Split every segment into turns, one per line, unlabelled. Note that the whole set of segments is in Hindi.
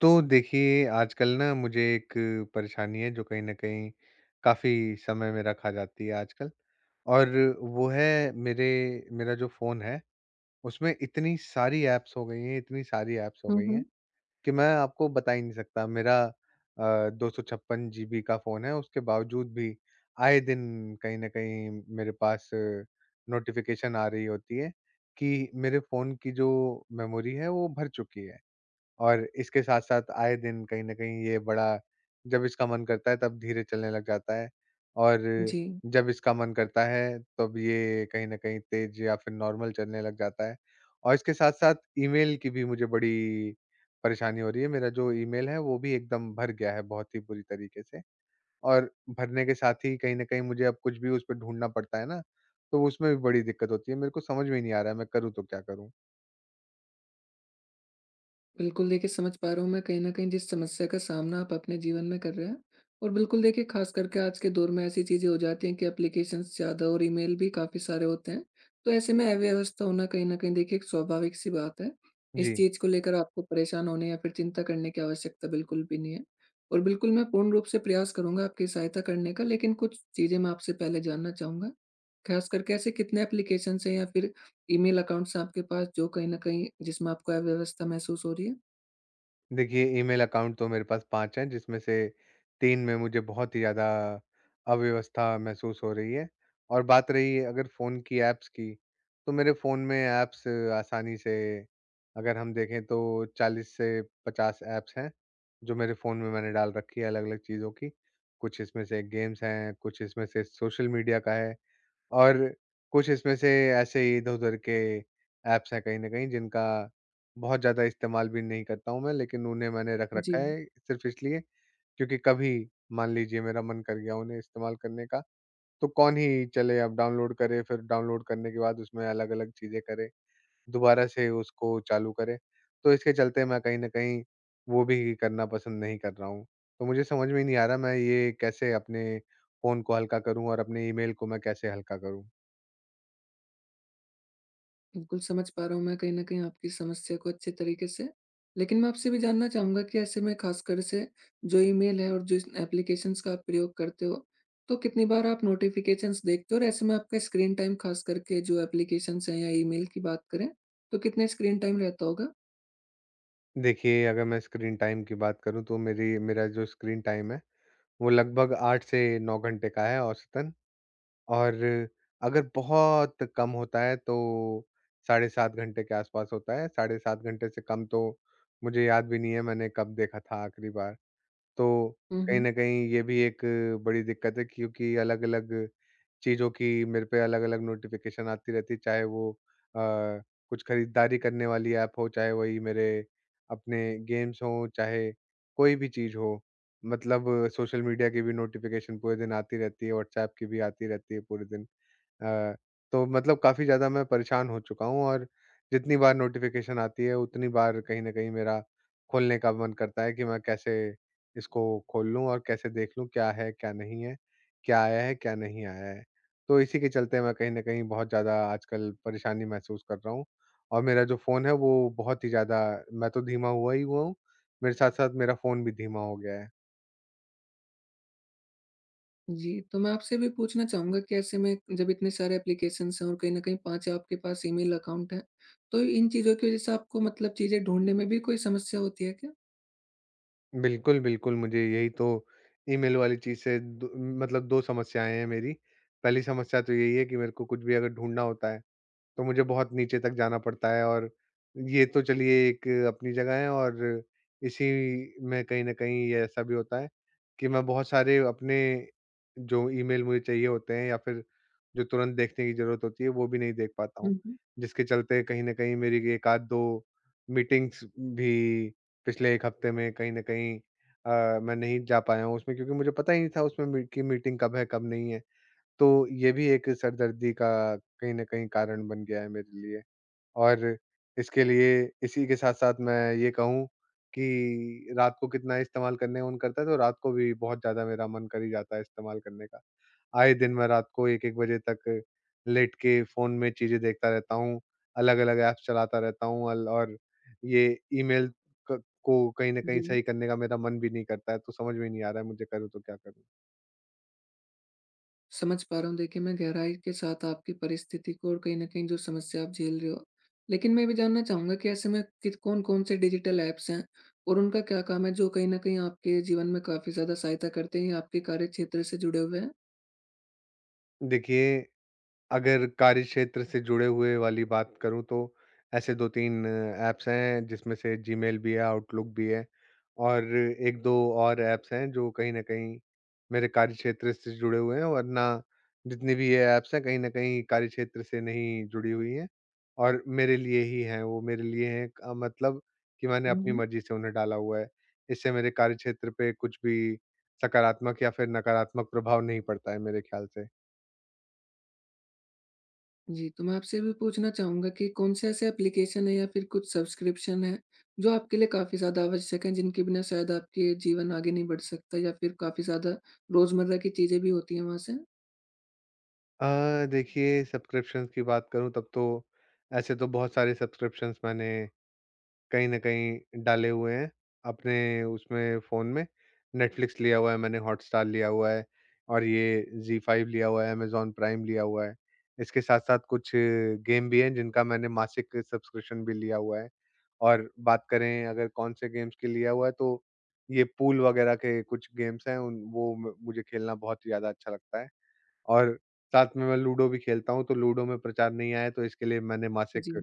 तो देखिए, आजकल ना मुझे एक परेशानी है जो कहीं न कहीं काफ़ी समय में रखा जाती है आजकल और वो है मेरे मेरा जो फ़ोन है, उसमें इतनी सारी ऐप्स हो गई हैं, इतनी सारी ऐप्स हो
हुँ,
गई हैं
हुँ।
कि मैं आपको बता ही नहीं सकता। मेरा 256 जीबी का फ़ोन है, उसके बावजूद भी आए दिन कहीं न कहीं मेरे पास नोटिफ़िकेशन आ रही होती है कि मेरे फ़ोन की जो मेमोरी है, वो भर चुकी है। और इसके साथ-साथ आए दिन कहीं न कहीं ये बड़ा जब इसका मन करता है तब धीरे चलने लग जाता है, और
जी,
जब इसका मन करता है तब ये कहीं न कहीं तेज़ या फिर नॉर्मल चलने लग जाता है। और इसके साथ-साथ ईमेल की भी मुझे बड़ी परेशानी हो रही है। मेरा जो ईमेल है वो भी एकदम भर गया है बहुत ही बुरी तरीके से, और भरने के साथ ही कहीं न कहीं मुझे अब कुछ भी उस पे ढूँढना पड़ता है ना, तो उसमें भी बड़ी दिक्कत होती है। मेरे को समझ में ही नहीं आ रहा है, मैं करूँ तो क्या करूँ?
बिल्कुल देखिए समझ पा रहा हूँ मैं कहीं न कहीं जिस समस्या का सामना आप अपने जीवन में कर रहे हैं। और बिल्कुल देखिए ख़ास करके आज के दौर में ऐसी चीज़ें हो जाती हैं कि एप्लीकेशंस ज़्यादा और ईमेल भी काफ़ी सारे होते हैं। तो ऐसे में अव्यवस्था होना कहीं न कहीं देखिए एक स्वाभाविक-सी बात है। इस
जी।
चीज़ को लेकर आपको परेशान होने या फिर चिंता करने की आवश्यकता बिल्कुल भी नहीं है। और बिल्कुल मैं पूर्ण रूप से प्रयास करूँगा आपकी सहायता करने का, लेकिन कुछ चीज़ें मैं आपसे पहले जानना चाहूँगा। खास करके ऐसे कितने एप्लीकेशंस हैं या फिर ईमेल अकाउंट्स आपके पास जो कहीं न कहीं, जिसमें आपको अव्यवस्था महसूस हो रही है?
देखिए, ईमेल अकाउंट तो मेरे पास 5 हैं, जिसमें से 3 में मुझे बहुत ही ज़्यादा अव्यवस्था महसूस हो रही है। और बात रही अगर फ़ोन की ऐप्स की, तो मेरे फ़ोन में ऐप्स आसानी से अगर हम देखें तो 40 से 50 ऐप्स हैं, जो मेरे फ़ोन में मैंने डाल रखी है अलग-अलग चीज़ों की। कुछ इसमें से गेम्स हैं, कुछ इसमें से सोशल मीडिया का है, और कुछ इसमें से ऐसे ही इधर-उधर के ऐप्स हैं कहीं न कहीं, जिनका बहुत ज़्यादा इस्तेमाल भी नहीं करता हूँ मैं, लेकिन उन्हें मैंने रख रखा
जी,
है सिर्फ़ इसलिए क्योंकि कभी मान लीजिए मेरा मन कर गया उन्हें इस्तेमाल करने का, तो कौन ही चले अब डाउनलोड करे, फिर डाउनलोड करने के बाद उसमें अलग-अलग चीज़ें करे, दोबारा से उसको चालू करे। तो इसके चलते मैं कहीं न कहीं वो भी करना पसंद नहीं कर रहा हूँ। तो मुझे समझ में ही नहीं आ रहा, मैं ये कैसे अपने फ़ोन को हल्का करूँ और अपने ईमेल को मैं कैसे हल्का करूँ?
बिल्कुल समझ पा रहा हूँ मैं कहीं न कहीं आपकी समस्या को अच्छे तरीके से। लेकिन मैं आपसे भी जानना चाहूँगा कि ऐसे में खासकर से जो ईमेल है और जो एप्लीकेशंस का आप प्रयोग करते हो, तो कितनी बार आप नोटिफ़िकेशंस देखते हो? और ऐसे में आपका स्क्रीन टाइम, खास करके जो एप्लीकेशंस हैं या ईमेल की बात करें, तो कितने स्क्रीन टाइम रहता होगा?
देखिए, अगर मैं स्क्रीन टाइम की बात करूँ, तो मेरी मेरा जो स्क्रीन टाइम है, वो लगभग 8 से 9 घंटे का है औसतन, और अगर बहुत कम होता है तो साढ़े 7 घंटे के आसपास होता है। साढ़े 7 घंटे से कम तो मुझे याद भी नहीं है मैंने कब देखा था आखिरी बार। तो
हुँ,
कहीं
हुँ।
न कहीं ये भी एक बड़ी दिक्कत है, क्योंकि अलग-अलग चीज़ों की मेरे पे अलग-अलग नोटिफ़िकेशन आती रहती है, चाहे वो अ, कुछ खरीदारी करने वाली ऐप हो, चाहे वही मेरे अपने गेम्स हों, चाहे कोई भी चीज़ हो। मतलब सोशल मीडिया की भी नोटिफ़िकेशन पूरे दिन आती रहती है, व्हाट्सऐप की भी आती रहती है पूरे दिन। अ, तो मतलब काफ़ी ज़्यादा मैं परेशान हो चुका हूँ, और जितनी बार नोटिफ़िकेशन आती है उतनी बार कहीं न कहीं मेरा खोलने का मन करता है कि मैं कैसे इसको खोल लूँ और कैसे देख लूँ, क्या है, क्या नहीं है? क्या आया है, क्या नहीं आया है? तो इसी के चलते मैं कहीं न कहीं बहुत ज़्यादा आजकल परेशानी महसूस कर रहा हूँ, और मेरा जो फ़ोन है वो बहुत ही ज़्यादा, मैं तो धीमा हुआ ही हुआ हूँ, मेरे साथ-साथ मेरा फ़ोन भी धीमा हो गया है।
जी, तो मैं आपसे भी पूछना चाहूँगा कि ऐसे में जब इतने सारे एप्लीकेशंस हैं और कहीं न कहीं 5 आपके पास ईमेल अकाउंट हैं, तो इन चीज़ों की वज़ह से आपको, मतलब चीज़ें ढूँढने में भी कोई समस्या होती है क्या?
बिल्कुल, बिल्कुल, मुझे यही तो ईमेल वाली चीज़ से दो, मतलब 2 समस्याएँ हैं मेरी। पहली समस्या तो यही है कि मेरे को कुछ भी अगर ढूँढना होता है, तो मुझे बहुत नीचे तक जाना पड़ता है, और ये तो चलिए एक अपनी जगह है, और इसी में कहीं न कहीं ये ऐसा भी होता है कि मैं बहुत सारे अपने जो ईमेल मुझे चाहिए होते हैं या फिर जो तुरंत देखने की ज़रूरत होती है, वो भी नहीं देख पाता हूँ।
हुँ, हुँ।
जिसके चलते कहीं न कहीं मेरी एक आध 2 मीटिंग्स भी पिछले 1 हफ्ते में कहीं न कहीं, मैं नहीं जा पाया हूँ उसमें, क्योंकि मुझे पता ही नहीं था उसमें मी कि मीटिंग कब है, कब नहीं है। तो ये भी एक सरदर्दी का कहीं न कहीं कारण बन गया है मेरे लिए। और इसके लिए इसी के साथ-साथ मैं ये कहूँ कि रात को कितना इस्तेमाल करने का मन करता है, तो रात को भी बहुत ज़्यादा मेरा मन कर ही जाता है इस्तेमाल करने का। आए दिन मैं रात को 1-1 बजे तक लेट के फ़ोन में चीज़ें देखता रहता हूँ, अलग-अलग ऐप्स चलाता रहता हूँ अल और ये ईमेल क को कहीं न कहीं
जी,
सही करने का मेरा मन भी नहीं करता है, तो समझ में नहीं आ रहा है, मुझे करूँ तो क्या करूँ?
समझ पा रहा हूँ। देखिए, मैं गहराई के साथ आपकी परिस्थिति को और कहीं न कहीं जो समस्या आप झेल रहे हो। लेकिन मैं ये भी जानना चाहूँगा कि ऐसे में कित कौन-कौन से डिजिटल ऐप्स हैं और उनका क्या काम है, जो कहीं न कहीं आपके जीवन में काफ़ी ज़्यादा सहायता करते हैं या आपके कार्यक्षेत्र से जुड़े हुए हैं?
देखिए, अगर कार्यक्षेत्र से जुड़े हुए वाली बात करूँ तो ऐसे 2-3 ऐप्स हैं, जिसमें से जीमेल भी है, आउटलुक भी है, और 1-2 और ऐप्स हैं जो कहीं न कहीं मेरे कार्यक्षेत्र से जुड़े हुए हैं, वरना जितनी भी ये ऐप्स हैं कहीं न कहीं कार्यक्षेत्र से नहीं जुड़ी हुई हैं, और मेरे लिए ही हैं वो, मेरे लिए हैं का मतलब कि मैंने
हुँ,
अपनी
हुँ।
मर्ज़ी से उन्हें डाला हुआ है। इससे मेरे कार्यक्षेत्र पे कुछ भी सकारात्मक या फिर नकारात्मक प्रभाव नहीं पड़ता है मेरे ख़्याल से।
जी, तो मैं आपसे ये भी पूछना चाहूँगा कि कौन-से ऐसे एप्लीकेशन है या फिर कुछ सब्सक्रिप्शन है, जो आपके लिए काफ़ी ज़्यादा आवश्यक है, जिनके बिना शायद आपके जीवन आगे नहीं बढ़ सकता या फिर काफ़ी ज़्यादा रोज़मर्रा की चीज़ें भी होती हैं वहाँ से?
देखिए, सब्सक्रिप्शंस की बात करूँ तब तो ऐसे तो बहुत सारे सब्सक्रिप्शंस मैंने कहीं न कहीं डाले हुए हैं, अपने उसमें फ़ोन में। नेटफ्लिक्स लिया हुआ है मैंने, हॉटस्टार लिया हुआ है, और ये ज़ी फाइव लिया हुआ है, अमेज़न प्राइम लिया हुआ है। इसके साथ-साथ कुछ गेम भी हैं जिनका मैंने मासिक सब्सक्रिप्शन भी लिया हुआ है। और बात करें अगर कौन से गेम्स के लिया हुआ है, तो ये पूल वगैरह के कुछ गेम्स हैं उन वो म मुझे खेलना बहुत ज़्यादा अच्छा लगता है। और साथ में मैं लूडो भी खेलता हूँ, तो लूडो में प्रचार नहीं आया, तो इसके लिए मैंने
जी।
मासिक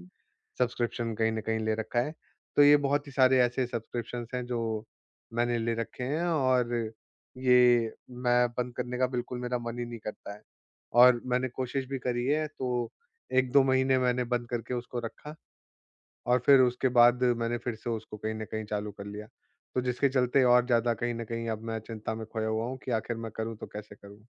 सब्सक्रिप्शन कहीं न कहीं ले रखा है। तो ये बहुत ही सारे ऐसे सब्सक्रिप्शंस हैं जो मैंने ले रखे हैं, और ये मैं बंद करने का बिल्कुल मेरा मन ही नहीं करता है। और मैंने कोशिश भी करी है, तो 1-2 महीने मैंने बंद करके उसको रखा, और फिर उसके बाद मैंने फिर से उसको कहीं न कहीं चालू कर लिया। तो जिसके चलते और ज़्यादा कहीं न कहीं अब मैं चिंता में खोया हुआ हूँ कि आखिर मैं करूँ तो कैसे करूँ?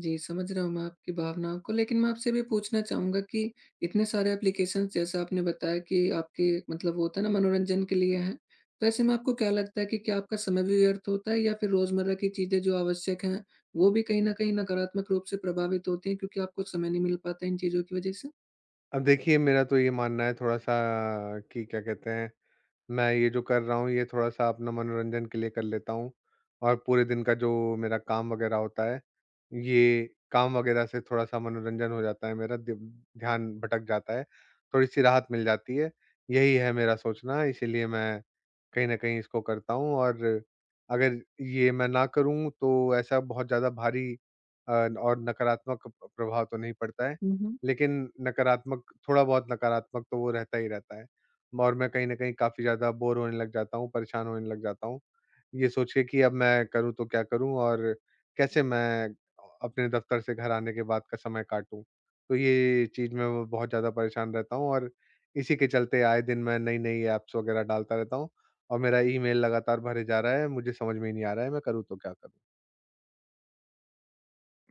जी, समझ रहा हूँ मैं आपकी भावनाओं को, लेकिन मैं आपसे भी पूछना चाहूँगा कि इतने सारे एप्लीकेशंस, जैसा आपने बताया कि आपके, मतलब वो होता है ना मनोरंजन के लिए हैं, तो ऐसे में आपको क्या लगता है कि क्या आपका समय भी व्यर्थ होता है या फिर रोज़मर्रा की चीज़ें जो आवश्यक हैं, वो भी कहीं न कहीं नकारात्मक रूप से प्रभावित होती हैं, क्योंकि आपको समय नहीं मिल पाता इन चीज़ों की वजह से?
अब देखिए, मेरा तो ये मानना है थोड़ा-सा कि क्या कहते हैं, मैं ये जो कर रहा हूँ, ये थोड़ा-सा अपना मनोरंजन के लिए कर लेता हूँ, और पूरे दिन का जो मेरा काम वग़ैरह होता है, ये काम वग़ैरह से थोड़ा-सा मनोरंजन हो जाता है मेरा, दिम ध्यान भटक जाता है, थोड़ी-सी राहत मिल जाती है। यही है मेरा सोचना, इसीलिए मैं कहीं न कहीं इसको करता हूँ, और अगर ये मैं ना करूँ, तो ऐसा बहुत ज़्यादा भारी और नकारात्मक प्रभाव तो नहीं पड़ता है,
हुँ, हुँ।
लेकिन नकारात्मक, थोड़ा बहुत नकारात्मक तो वो रहता ही रहता है। और मैं कहीं न कहीं काफ़ी ज़्यादा बोर होने लग जाता हूँ, परेशान होने लग जाता हूँ। ये सोच के कि अब मैं करूँ तो क्या करूँ, और कैसे मैं अपने दफ़्तर से घर आने के बाद का समय काटूँ? तो ये चीज़ में मैं बहुत ज़्यादा परेशान रहता हूँ, और इसी के चलते आए दिन मैं नई-नई ऐप्स वग़ैरह डालता रहता हूँ, और मेरा ईमेल लगातार भरे जा रहा है, मुझे समझ में ही नहीं आ रहा है मैं करूँ तो क्या करूँ?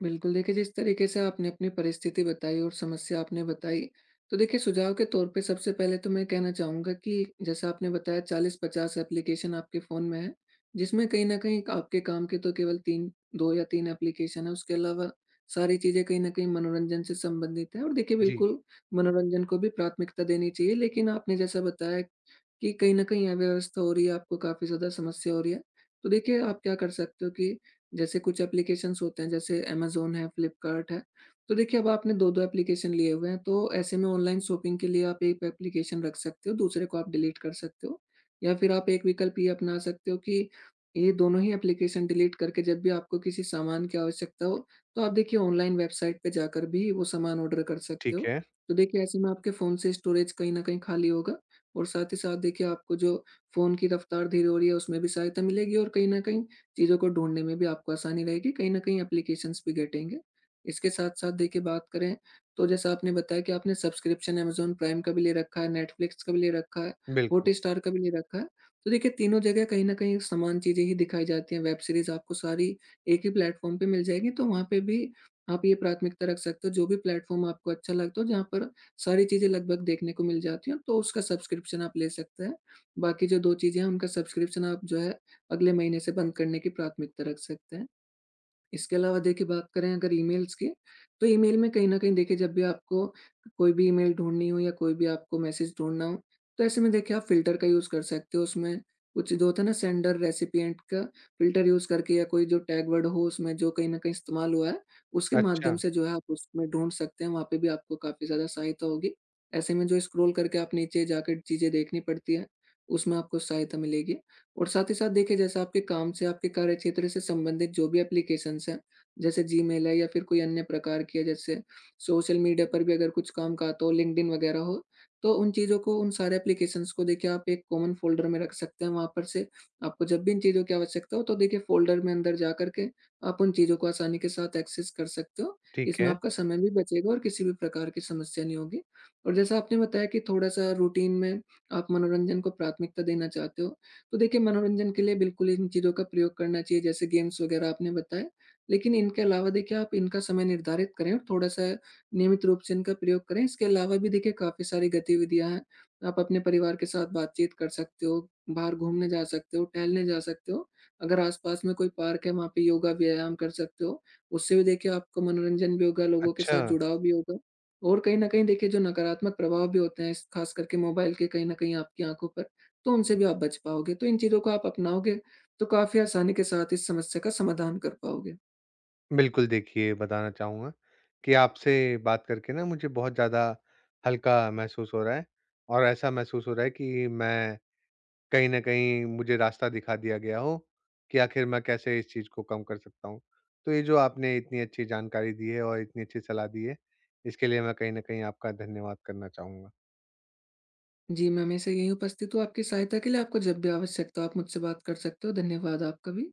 बिल्कुल, देखिए जिस तरीके से आपने अपनी परिस्थिति बताई और समस्या आपने बताई, तो देखिए सुझाव के तौर पे सबसे पहले तो मैं कहना चाहूँगा कि जैसा आपने बताया, 40-50 एप्लीकेशन आपके फ़ोन में है, जिसमें कहीं न कहीं आपके काम के तो केवल 3, 2 या 3 एप्लीकेशन है, उसके अलावा सारी चीज़ें कहीं न कहीं मनोरंजन से संबंधित है। और देखिए
जी,
बिल्कुल, मनोरंजन को भी प्राथमिकता देनी चाहिए। लेकिन आपने जैसा बताया कि कहीं न कहीं अव्यवस्था हो रही है, आपको काफ़ी ज़्यादा समस्या हो रही है। तो देखिए, आप क्या कर सकते हो कि जैसे कुछ एप्लीकेशंस होते हैं, जैसे अमेज़न है, फ्लिपकार्ट है। तो देखिए, अब आपने 2-2 एप्लीकेशन लिए हुए हैं, तो ऐसे में ऑनलाइन शॉपिंग के लिए आप एक एप्लीकेशन रख सकते हो, दूसरे को आप डिलीट कर सकते हो। या फिर आप एक विकल्प ये अपना सकते हो कि ये दोनों ही एप्लीकेशन डिलीट करके, जब भी आपको किसी सामान की आवश्यकता हो, तो आप देखिए ऑनलाइन वेबसाइट पे जाकर भी वो सामान ऑर्डर कर सकते
ठीक
हो।
है।
तो देखिए, ऐसे में आपके फ़ोन से स्टोरेज कहीं न कहीं खाली होगा और साथ ही साथ देखिए आपको जो फ़ोन की रफ़्तार धीरे हो रही है, उसमें भी सहायता मिलेगी और कहीं न कहीं चीज़ों को ढूँढने में भी आपको आसानी रहेगी, कहीं न कहीं एप्लीकेशंस भी घटेंगे। इसके साथ-साथ देखिए बात करें तो जैसा आपने बताया कि आपने सब्सक्रिप्शन अमेज़न प्राइम का भी ले रखा है, नेटफ्लिक्स का भी ले रखा है,
बिल्कुल।
हॉटस्टार का भी ले रखा है। तो देखिए तीनों जगह कहीं न कहीं समान चीज़ें ही दिखाई जाती हैं, वेब सीरीज़ आपको सारी एक ही प्लेटफ़ॉर्म पे मिल जाएगी, तो वहाँ पे भी आप ये प्राथमिकता रख सकते हो, जो भी प्लेटफ़ॉर्म आपको अच्छा लगता हो, जहाँ पर सारी चीज़ें लगभग देखने को मिल जाती हैं, तो उसका सब्सक्रिप्शन आप ले सकते हैं। बाकी जो 2 चीज़ें हैं, उनका सब्सक्रिप्शन आप जो है अगले महीने से बंद करने की प्राथमिकता रख सकते हैं। इसके अलावा देखिए बात करें अगर ईमेल्स की, तो ईमेल में कहीं न कहीं देखिए जब भी आपको कोई भी ईमेल ढूँढनी हो या कोई भी आपको मैसेज ढूँढना हो, तो ऐसे में देखिए आप फ़िल्टर का यूज़ कर सकते हो उसमें। कुछ जो होता है ना, सेंडर रेसिपिएंट का फ़िल्टर यूज़ करके या कोई जो टैग वर्ड हो उसमें, जो कहीं न कहीं इस्तेमाल हुआ है, उसके
अच्छा,
माध्यम से जो है आप उसमें ढूँढ सकते हैं, वहाँ पे भी आपको काफ़ी ज़्यादा सहायता होगी। ऐसे में जो स्क्रॉल करके आप नीचे जाकर चीज़ें देखनी पड़ती हैं, उसमें आपको सहायता मिलेगी। और साथ ही साथ देखिए जैसा आपके काम से, आपके कार्य क्षेत्र से संबंधित जो भी एप्लीकेशंस हैं, जैसे जीमेल है या फिर कोई अन्य प्रकार की है, जैसे सोशल मीडिया पर भी अगर कुछ काम का आता हो, लिंक्डइन वगैरह हो, तो उन चीज़ों को, उन सारे एप्लीकेशंस को देखिए आप एक कॉमन फ़ोल्डर में रख सकते हैं। वहाँ पर से आपको जब भी इन चीज़ों की आवश्यकता हो, तो देखिए फ़ोल्डर में अंदर जा कर के आप उन चीज़ों को आसानी के साथ एक्सेस कर सकते हो।
ठीक
इसमें
है।
आपका समय भी बचेगा और किसी भी प्रकार की समस्या नहीं होगी। और जैसा आपने बताया कि थोड़ा-सा रूटीन में आप मनोरंजन को प्राथमिकता देना चाहते हो, तो देखिए मनोरंजन के लिए बिल्कुल इन चीज़ों का प्रयोग करना चाहिए, जैसे गेम्स वगैरह आपने बताए। लेकिन इनके अलावा देखिए आप इनका समय निर्धारित करें और थोड़ा-सा नियमित रूप से इनका प्रयोग करें। इसके अलावा भी देखिए काफ़ी सारी गतिविधियाँ हैं, आप अपने परिवार के साथ बातचीत कर सकते हो, बाहर घूमने जा सकते हो, टहलने जा सकते हो। अगर आस-पास में कोई पार्क है, वहाँ पे योगा, व्यायाम कर सकते हो। उससे भी देखिए आपको मनोरंजन भी होगा, लोगों के
अच्छा।
साथ जुड़ाव भी होगा और कहीं न कहीं देखिए जो नकारात्मक प्रभाव भी होते हैं इस, खास करके मोबाइल के, कहीं न कहीं आपकी आँखों पर, तो उनसे भी आप बच पाओगे। तो इन चीज़ों को आप अपनाओगे, तो काफ़ी आसानी के साथ इस समस्या का समाधान कर पाओगे।
बिल्कुल, देखिए, बताना चाहूँगा कि आपसे बात करके ना मुझे बहुत ज़्यादा हल्का महसूस हो रहा है, और ऐसा महसूस हो रहा है कि मैं, कहीं न कहीं मुझे रास्ता दिखा दिया गया हो कि आखिर मैं कैसे इस चीज़ को कम कर सकता हूँ। तो ये जो आपने इतनी अच्छी जानकारी दी है और इतनी अच्छी सलाह दी है, इसके लिए मैं कहीं न कहीं आपका धन्यवाद करना चाहूँगा।
जी, मैं हमेशा यहीं उपस्थित हूँ आपकी सहायता के लिए। आपको जब भी आवश्यकता हो आप मुझसे बात कर सकते हो। धन्यवाद आपका भी।